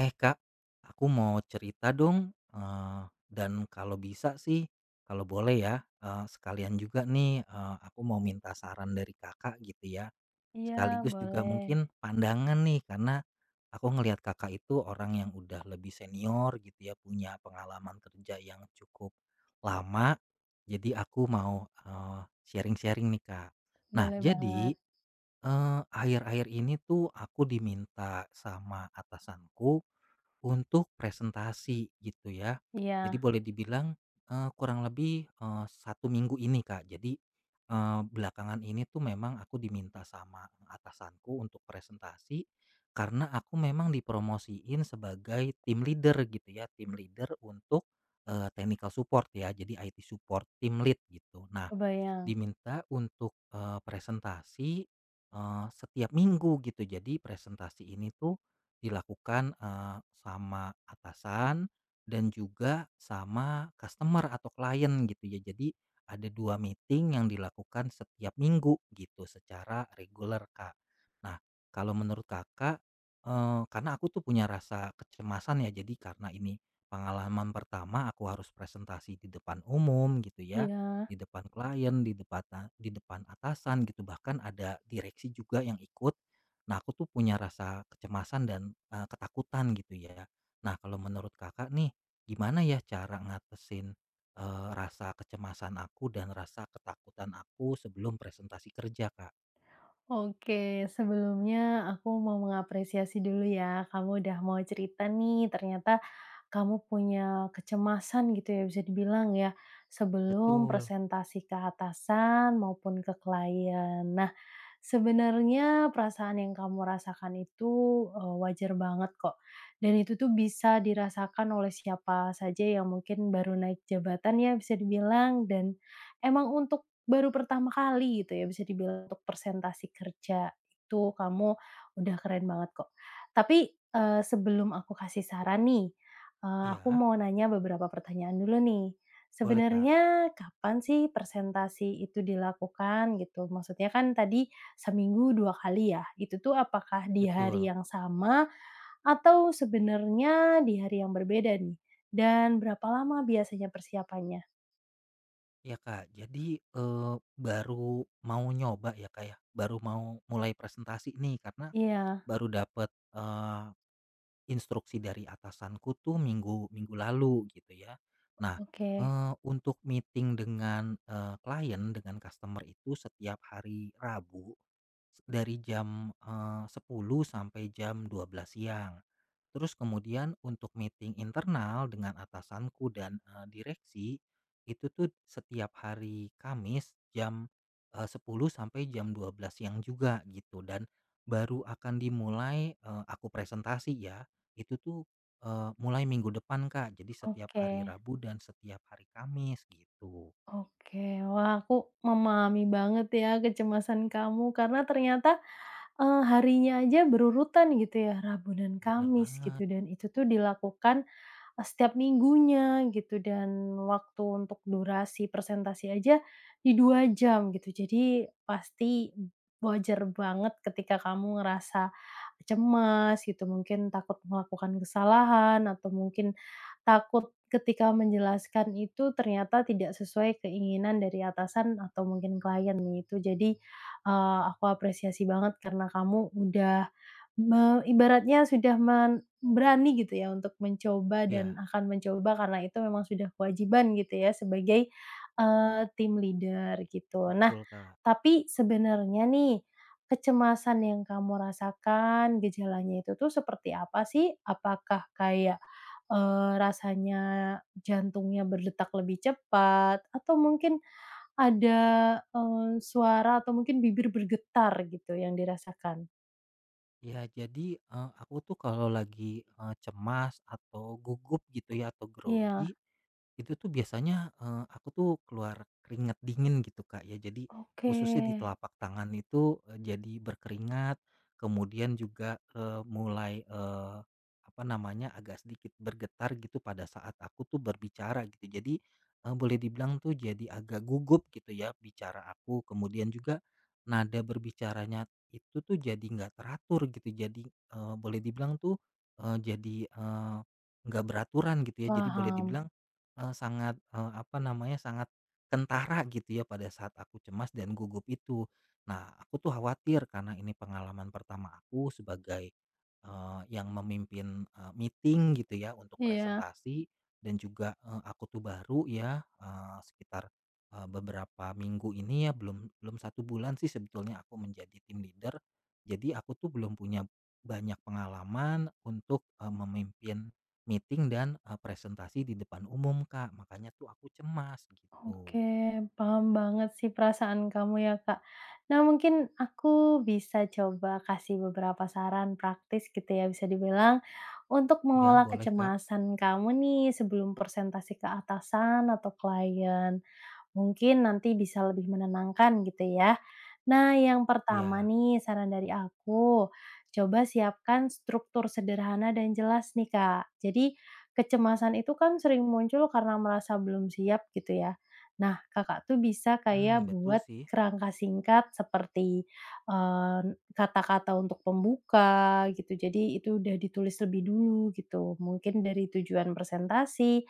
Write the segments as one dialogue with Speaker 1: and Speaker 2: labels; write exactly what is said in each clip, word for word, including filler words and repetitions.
Speaker 1: Eh Kak, aku mau cerita dong, eee, dan kalau bisa sih, kalau boleh ya, eee, sekalian juga nih, eee, aku mau minta saran dari Kakak gitu ya,
Speaker 2: Iya,
Speaker 1: sekaligus juga mungkin
Speaker 2: boleh.
Speaker 1: pandangan nih karena aku ngelihat Kakak itu orang yang udah lebih senior gitu ya, punya pengalaman kerja yang cukup lama, jadi aku mau, eee, sharing-sharing nih Kak. Nah
Speaker 2: Boleh banget.
Speaker 1: jadi, eee, akhir-akhir ini tuh aku diminta sama atasanku untuk presentasi gitu ya. Jadi
Speaker 2: Iya,
Speaker 1: boleh dibilang, eee, kurang lebih, eee, satu minggu ini, Kak. Jadi, eee, belakangan ini tuh memang aku diminta sama atasanku untuk presentasi, karena aku memang dipromosiin sebagai team leader gitu ya, team leader untuk, eee, technical support ya, jadi I T support, team lead gitu. Nah
Speaker 2: kebayang.
Speaker 1: diminta untuk, eee, presentasi, eee, setiap minggu gitu. Jadi presentasi ini tuh dilakukan, eee, sama atasan dan juga sama customer atau klien gitu ya. Jadi ada dua meeting yang dilakukan setiap minggu gitu secara reguler, Kak. Nah, kalau menurut Kakak, eee, karena aku tuh punya rasa kecemasan ya, jadi karena ini pengalaman pertama aku harus presentasi di depan umum gitu ya.
Speaker 2: Iya.
Speaker 1: Di depan klien, di depata di depan atasan gitu, bahkan ada direksi juga yang ikut. Nah, aku tuh punya rasa kecemasan dan, eee, ketakutan gitu ya. Nah, kalau menurut Kakak nih, gimana ya cara ngatesin eee, rasa kecemasan aku dan rasa ketakutan aku sebelum presentasi kerja, Kak?
Speaker 2: Oke, sebelumnya aku mau mengapresiasi dulu ya, kamu udah mau cerita nih, ternyata kamu punya kecemasan gitu ya, bisa dibilang ya, sebelum
Speaker 1: Betul.
Speaker 2: presentasi ke atasan maupun ke klien. Nah, sebenarnya perasaan yang kamu rasakan itu, eee, wajar banget kok, dan itu tuh bisa dirasakan oleh siapa saja yang mungkin baru naik jabatan ya bisa dibilang dan emang untuk baru pertama kali gitu ya bisa dibilang untuk presentasi kerja itu kamu udah keren banget kok. Tapi, eee, sebelum aku kasih saran nih, eee, aku
Speaker 1: Iya,
Speaker 2: mau nanya beberapa pertanyaan dulu nih.
Speaker 1: boleh, Kak.
Speaker 2: Sebenarnya kapan sih presentasi itu dilakukan gitu? Maksudnya kan tadi seminggu dua kali ya? Itu tuh apakah di
Speaker 1: Betul.
Speaker 2: hari yang sama atau sebenarnya di hari yang berbeda nih? Dan berapa lama biasanya persiapannya?
Speaker 1: Ya Kak. Jadi, eee, baru mau nyoba ya, Kak, ya, baru mau mulai presentasi nih karena
Speaker 2: Iya,
Speaker 1: baru dapet, instruksi dari atasanku tuh minggu minggu lalu gitu ya. Nah,
Speaker 2: oke
Speaker 1: eee, untuk meeting dengan, eee, klien, dengan customer itu setiap hari Rabu, s- dari jam, eee, sepuluh sampai jam dua belas siang. Terus kemudian untuk meeting internal dengan atasanku dan, eee, direksi, itu tuh setiap hari Kamis jam, eee, sepuluh sampai jam dua belas siang juga gitu dan baru akan dimulai, eee, aku presentasi ya, itu tuh, eee, mulai minggu depan, Kak. Jadi setiap
Speaker 2: oke
Speaker 1: hari Rabu dan setiap hari Kamis gitu.
Speaker 2: oke. Wah, aku memahami banget ya kecemasan kamu karena ternyata, eee, harinya aja berurutan gitu ya, Rabu dan
Speaker 1: Bener
Speaker 2: Kamis
Speaker 1: banget.
Speaker 2: gitu dan itu tuh dilakukan eh, setiap minggunya gitu dan waktu untuk durasi presentasi aja di dua jam gitu. Jadi pasti wajar banget ketika kamu ngerasa cemas gitu, mungkin takut melakukan kesalahan atau mungkin takut ketika menjelaskan itu ternyata tidak sesuai keinginan dari atasan atau mungkin klien gitu. Jadi, eee, aku apresiasi banget karena kamu udah Me ibaratnya sudah men berani gitu ya untuk mencoba dan
Speaker 1: Iya,
Speaker 2: akan mencoba karena itu memang sudah kewajiban gitu ya sebagai, eee, tim leader gitu. Nah,
Speaker 1: betul, Kak.
Speaker 2: tapi sebenarnya nih, kecemasan yang kamu rasakan gejalanya itu tuh seperti apa sih? Apakah kayak, eee, rasanya jantungnya berdetak lebih cepat atau mungkin ada, eee, suara atau mungkin bibir bergetar gitu yang dirasakan?
Speaker 1: Ya jadi, eee, aku tuh kalau lagi, eee, cemas atau gugup gitu ya atau
Speaker 2: Iya.
Speaker 1: grogi. Itu tuh biasanya, eee, aku tuh keluar keringat dingin gitu, Kak, ya. Jadi
Speaker 2: Oke,
Speaker 1: khususnya di telapak tangan itu, eee, jadi berkeringat, kemudian juga, eee, mulai, eee, apa namanya, agak sedikit bergetar gitu pada saat aku tuh berbicara gitu. Jadi, eee, boleh dibilang tuh jadi agak gugup gitu ya bicara aku, kemudian juga nada berbicaranya itu tuh jadi nggak teratur gitu. Jadi, eee, boleh dibilang tuh, eee, jadi, eee, nggak beraturan gitu ya. Jadi boleh
Speaker 2: paham.
Speaker 1: dibilang Eee, sangat, eee, apa namanya, sangat kentara gitu ya pada saat aku cemas dan gugup itu. Nah, aku tuh khawatir karena ini pengalaman pertama aku sebagai, eee, yang memimpin, eee, meeting gitu ya untuk
Speaker 2: Iya,
Speaker 1: presentasi dan juga, eee, aku tuh baru ya, eee, sekitar, eee, beberapa minggu ini ya belum belum satu bulan sih sebetulnya aku menjadi tim leader. Jadi aku tuh belum punya banyak pengalaman untuk, eee, memimpin meeting dan, eee, presentasi di depan umum, Kak, makanya tuh aku cemas gitu.
Speaker 2: oke, paham banget sih perasaan kamu ya, Kak. Nah, mungkin aku bisa coba kasih beberapa saran praktis gitu ya, bisa dibilang untuk
Speaker 1: Ya
Speaker 2: mengelola
Speaker 1: boleh, Kak.
Speaker 2: kecemasan kamu nih sebelum presentasi ke atasan atau klien. Mungkin nanti bisa lebih menenangkan gitu ya. Nah, yang pertama
Speaker 1: Ya
Speaker 2: nih saran dari aku, coba siapkan struktur sederhana dan jelas nih Kak. Jadi kecemasan itu kan sering muncul karena merasa belum siap gitu ya. Nah, Kakak tuh bisa
Speaker 1: mmm,
Speaker 2: kayak
Speaker 1: betul
Speaker 2: buat
Speaker 1: sih.
Speaker 2: kerangka singkat seperti eh, kata-kata untuk pembuka gitu. Jadi itu udah ditulis lebih dulu gitu. Mungkin dari tujuan presentasi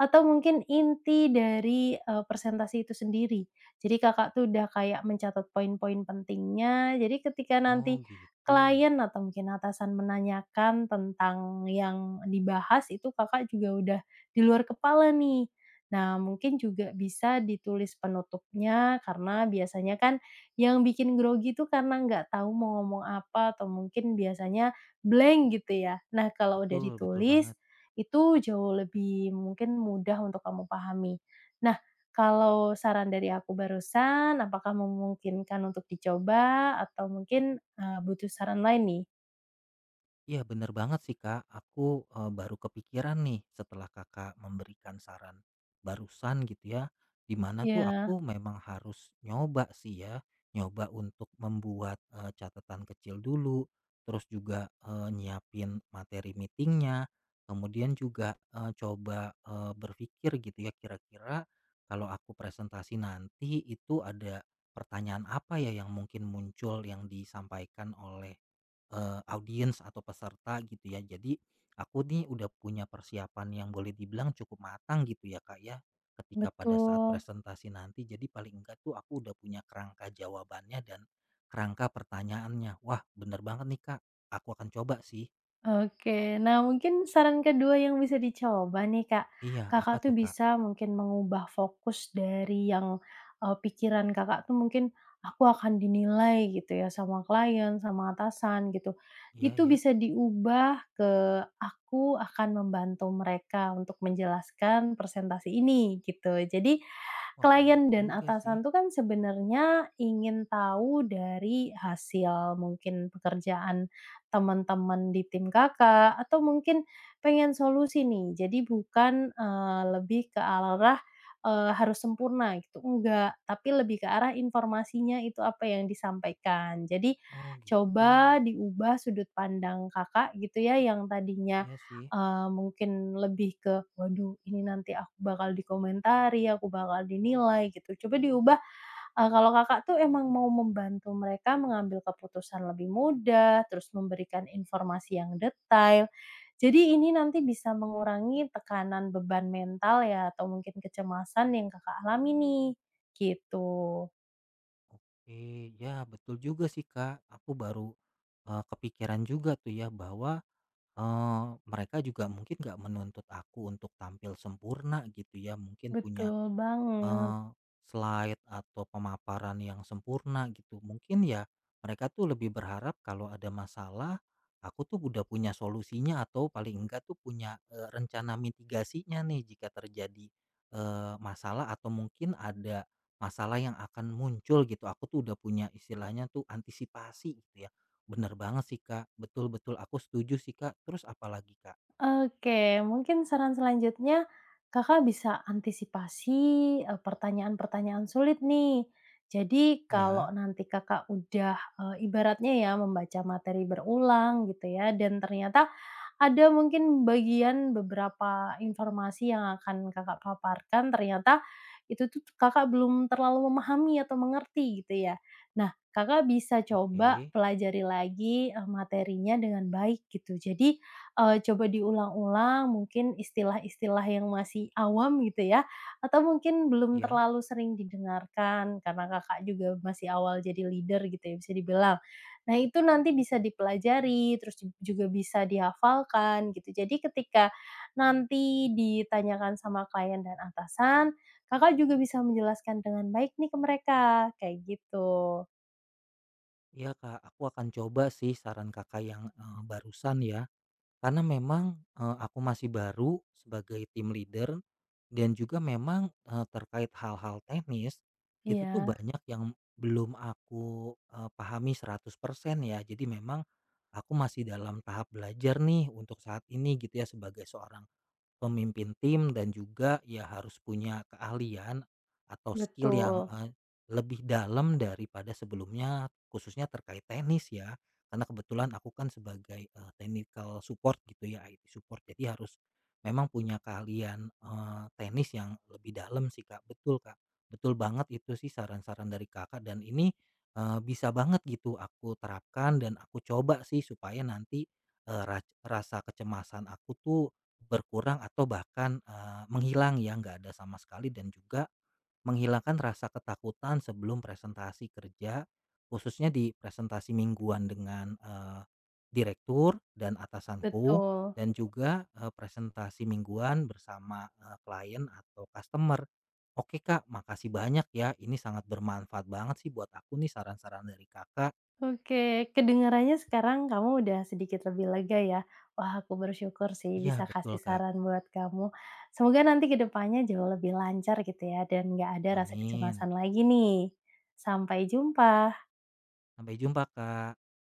Speaker 2: atau mungkin inti dari, eee, presentasi itu sendiri. Jadi Kakak tuh udah kayak mencatat poin-poin pentingnya, jadi ketika
Speaker 1: Oh
Speaker 2: nanti
Speaker 1: gitu.
Speaker 2: klien atau mungkin atasan menanyakan tentang yang dibahas itu Kakak juga udah di luar kepala nih. Nah mungkin juga bisa ditulis penutupnya karena biasanya kan yang bikin grogi itu karena nggak tahu mau ngomong apa atau mungkin biasanya blank gitu ya. Nah kalau udah
Speaker 1: Betul betul
Speaker 2: ditulis,
Speaker 1: banget.
Speaker 2: itu jauh lebih mungkin mudah untuk kamu pahami. Nah, kalau saran dari aku barusan, apakah memungkinkan untuk dicoba atau mungkin, eee, butuh saran lain nih?
Speaker 1: Iya bener banget sih Kak, aku, eee, baru kepikiran nih setelah Kakak memberikan saran barusan gitu ya, dimana tuh
Speaker 2: Iya,
Speaker 1: aku memang harus nyoba sih ya, nyoba untuk membuat, eee, catatan kecil dulu, terus juga, eee, nyiapin materi meetingnya, kemudian juga, eee, coba, eee, berpikir gitu ya kira-kira kalau aku presentasi nanti itu ada pertanyaan apa ya yang mungkin muncul yang disampaikan oleh Eee, audiens atau peserta gitu ya. Jadi aku nih udah punya persiapan yang boleh dibilang cukup matang gitu ya, Kak, ya, ketika pada saat
Speaker 2: betul.
Speaker 1: presentasi nanti. Jadi paling enggak tuh aku udah punya kerangka jawabannya dan kerangka pertanyaannya. Wah, bener banget nih, Kak, aku akan coba sih.
Speaker 2: Oke. Nah, mungkin saran kedua yang bisa dicoba nih, Kak,
Speaker 1: Iya, apa
Speaker 2: Kakak tuh
Speaker 1: tuh, Kak?
Speaker 2: bisa mungkin mengubah fokus dari yang, eee, pikiran Kakak tuh mungkin, "Aku akan dinilai," gitu ya, sama klien, sama atasan, gitu.
Speaker 1: Iya
Speaker 2: Itu
Speaker 1: ya.
Speaker 2: bisa diubah ke, "Aku akan membantu mereka untuk menjelaskan presentasi ini," gitu. Jadi,
Speaker 1: Wah, bener
Speaker 2: klien dan
Speaker 1: juga sih.
Speaker 2: atasan tuh kan sebenarnya ingin tahu dari hasil mungkin pekerjaan teman-teman di tim Kakak, atau mungkin pengen solusi nih, jadi bukan, eee, lebih ke arah, eee, harus sempurna gitu, enggak, tapi lebih ke arah informasinya itu apa yang disampaikan. Jadi,
Speaker 1: Oh, gitu.
Speaker 2: coba diubah sudut pandang Kakak gitu ya, yang tadinya,
Speaker 1: Iya sih.
Speaker 2: eee, mungkin lebih ke, "Waduh ini nanti aku bakal dikomentari, aku bakal dinilai," gitu, coba diubah. Eee, kalau Kakak tuh emang mau membantu mereka mengambil keputusan lebih mudah, terus memberikan informasi yang detail. Jadi ini nanti bisa mengurangi tekanan beban mental ya atau mungkin kecemasan yang Kakak alami nih, gitu.
Speaker 1: Oke, ya betul juga sih, Kak. Aku baru, eee, kepikiran juga tuh ya bahwa Eee, mereka juga mungkin nggak menuntut aku untuk tampil sempurna gitu ya, mungkin punya
Speaker 2: Betul banget.
Speaker 1: Eee, slide atau pemaparan yang sempurna gitu. Mungkin ya mereka tuh lebih berharap kalau ada masalah, aku tuh udah punya solusinya atau paling enggak tuh punya, eee, rencana mitigasinya nih jika terjadi, eee, masalah atau mungkin ada masalah yang akan muncul gitu. Aku tuh udah punya istilahnya tuh antisipasi gitu ya. Bener banget sih, Kak. Betul betul aku setuju sih, Kak. Terus apalagi, Kak?
Speaker 2: Oke, mungkin saran selanjutnya Kakak bisa antisipasi, eee, pertanyaan-pertanyaan sulit nih. Jadi kalau
Speaker 1: Iya,
Speaker 2: nanti Kakak udah, eee, ibaratnya ya membaca materi berulang gitu ya dan ternyata ada mungkin bagian beberapa informasi yang akan Kakak paparkan ternyata itu tuh Kakak belum terlalu memahami atau mengerti gitu ya. Nah, Kakak bisa coba
Speaker 1: oke,
Speaker 2: pelajari lagi, eee, materinya dengan baik gitu. Jadi, eee, coba diulang-ulang mungkin istilah-istilah yang masih awam gitu ya, atau mungkin belum
Speaker 1: ya.
Speaker 2: terlalu sering didengarkan karena Kakak juga masih awal jadi leader gitu ya bisa dibilang. Nah, itu nanti bisa dipelajari, terus ju juga bisa dihafalkan gitu. Jadi ketika nanti ditanyakan sama klien dan atasan, Kakak juga bisa menjelaskan dengan baik nih ke mereka, kayak gitu.
Speaker 1: Iya, Kak, aku akan coba sih saran Kakak yang, eee, barusan ya, karena memang, eee, aku masih baru sebagai tim leader dan juga memang, eee, terkait hal-hal teknis, itu tuh
Speaker 2: Iya,
Speaker 1: banyak yang belum aku, eee, pahami seratus persen ya. Jadi memang aku masih dalam tahap belajar nih untuk saat ini gitu ya sebagai seorang pemimpin tim dan juga ya harus punya keahlian atau skill yang,
Speaker 2: betul
Speaker 1: eee, lebih dalam daripada sebelumnya khususnya terkait teknis ya. Karena kebetulan aku kan sebagai, eee, technical support gitu ya, I T support jadi harus memang punya keahlian, eee, teknis yang lebih dalam sih, Kak. Betul, Kak, betul banget itu sih saran-saran dari Kakak dan ini, eee, bisa banget gitu aku terapkan dan aku coba sih supaya nanti, eee, rac rasa kecemasan aku tuh berkurang atau bahkan, eee, menghilang ya, nggak ada sama sekali dan juga menghilangkan rasa ketakutan sebelum presentasi kerja, khususnya di presentasi mingguan dengan, eee, direktur dan atasanku
Speaker 2: betul.
Speaker 1: dan juga, eee, presentasi mingguan bersama, eee, klien atau customer. Oke, Kak, makasih banyak ya, ini sangat bermanfaat banget sih buat aku nih saran-saran dari Kakak.
Speaker 2: Oke, kedengarannya sekarang kamu udah sedikit lebih lega ya. Wah, aku bersyukur sih
Speaker 1: Iya,
Speaker 2: bisa
Speaker 1: betul,
Speaker 2: kasih
Speaker 1: Kak.
Speaker 2: saran buat kamu. Semoga nanti ke depannya jauh lebih lancar gitu ya dan nggak ada rasa
Speaker 1: Amin.
Speaker 2: kecemasan lagi nih. Sampai jumpa.
Speaker 1: Sampai jumpa, Kak.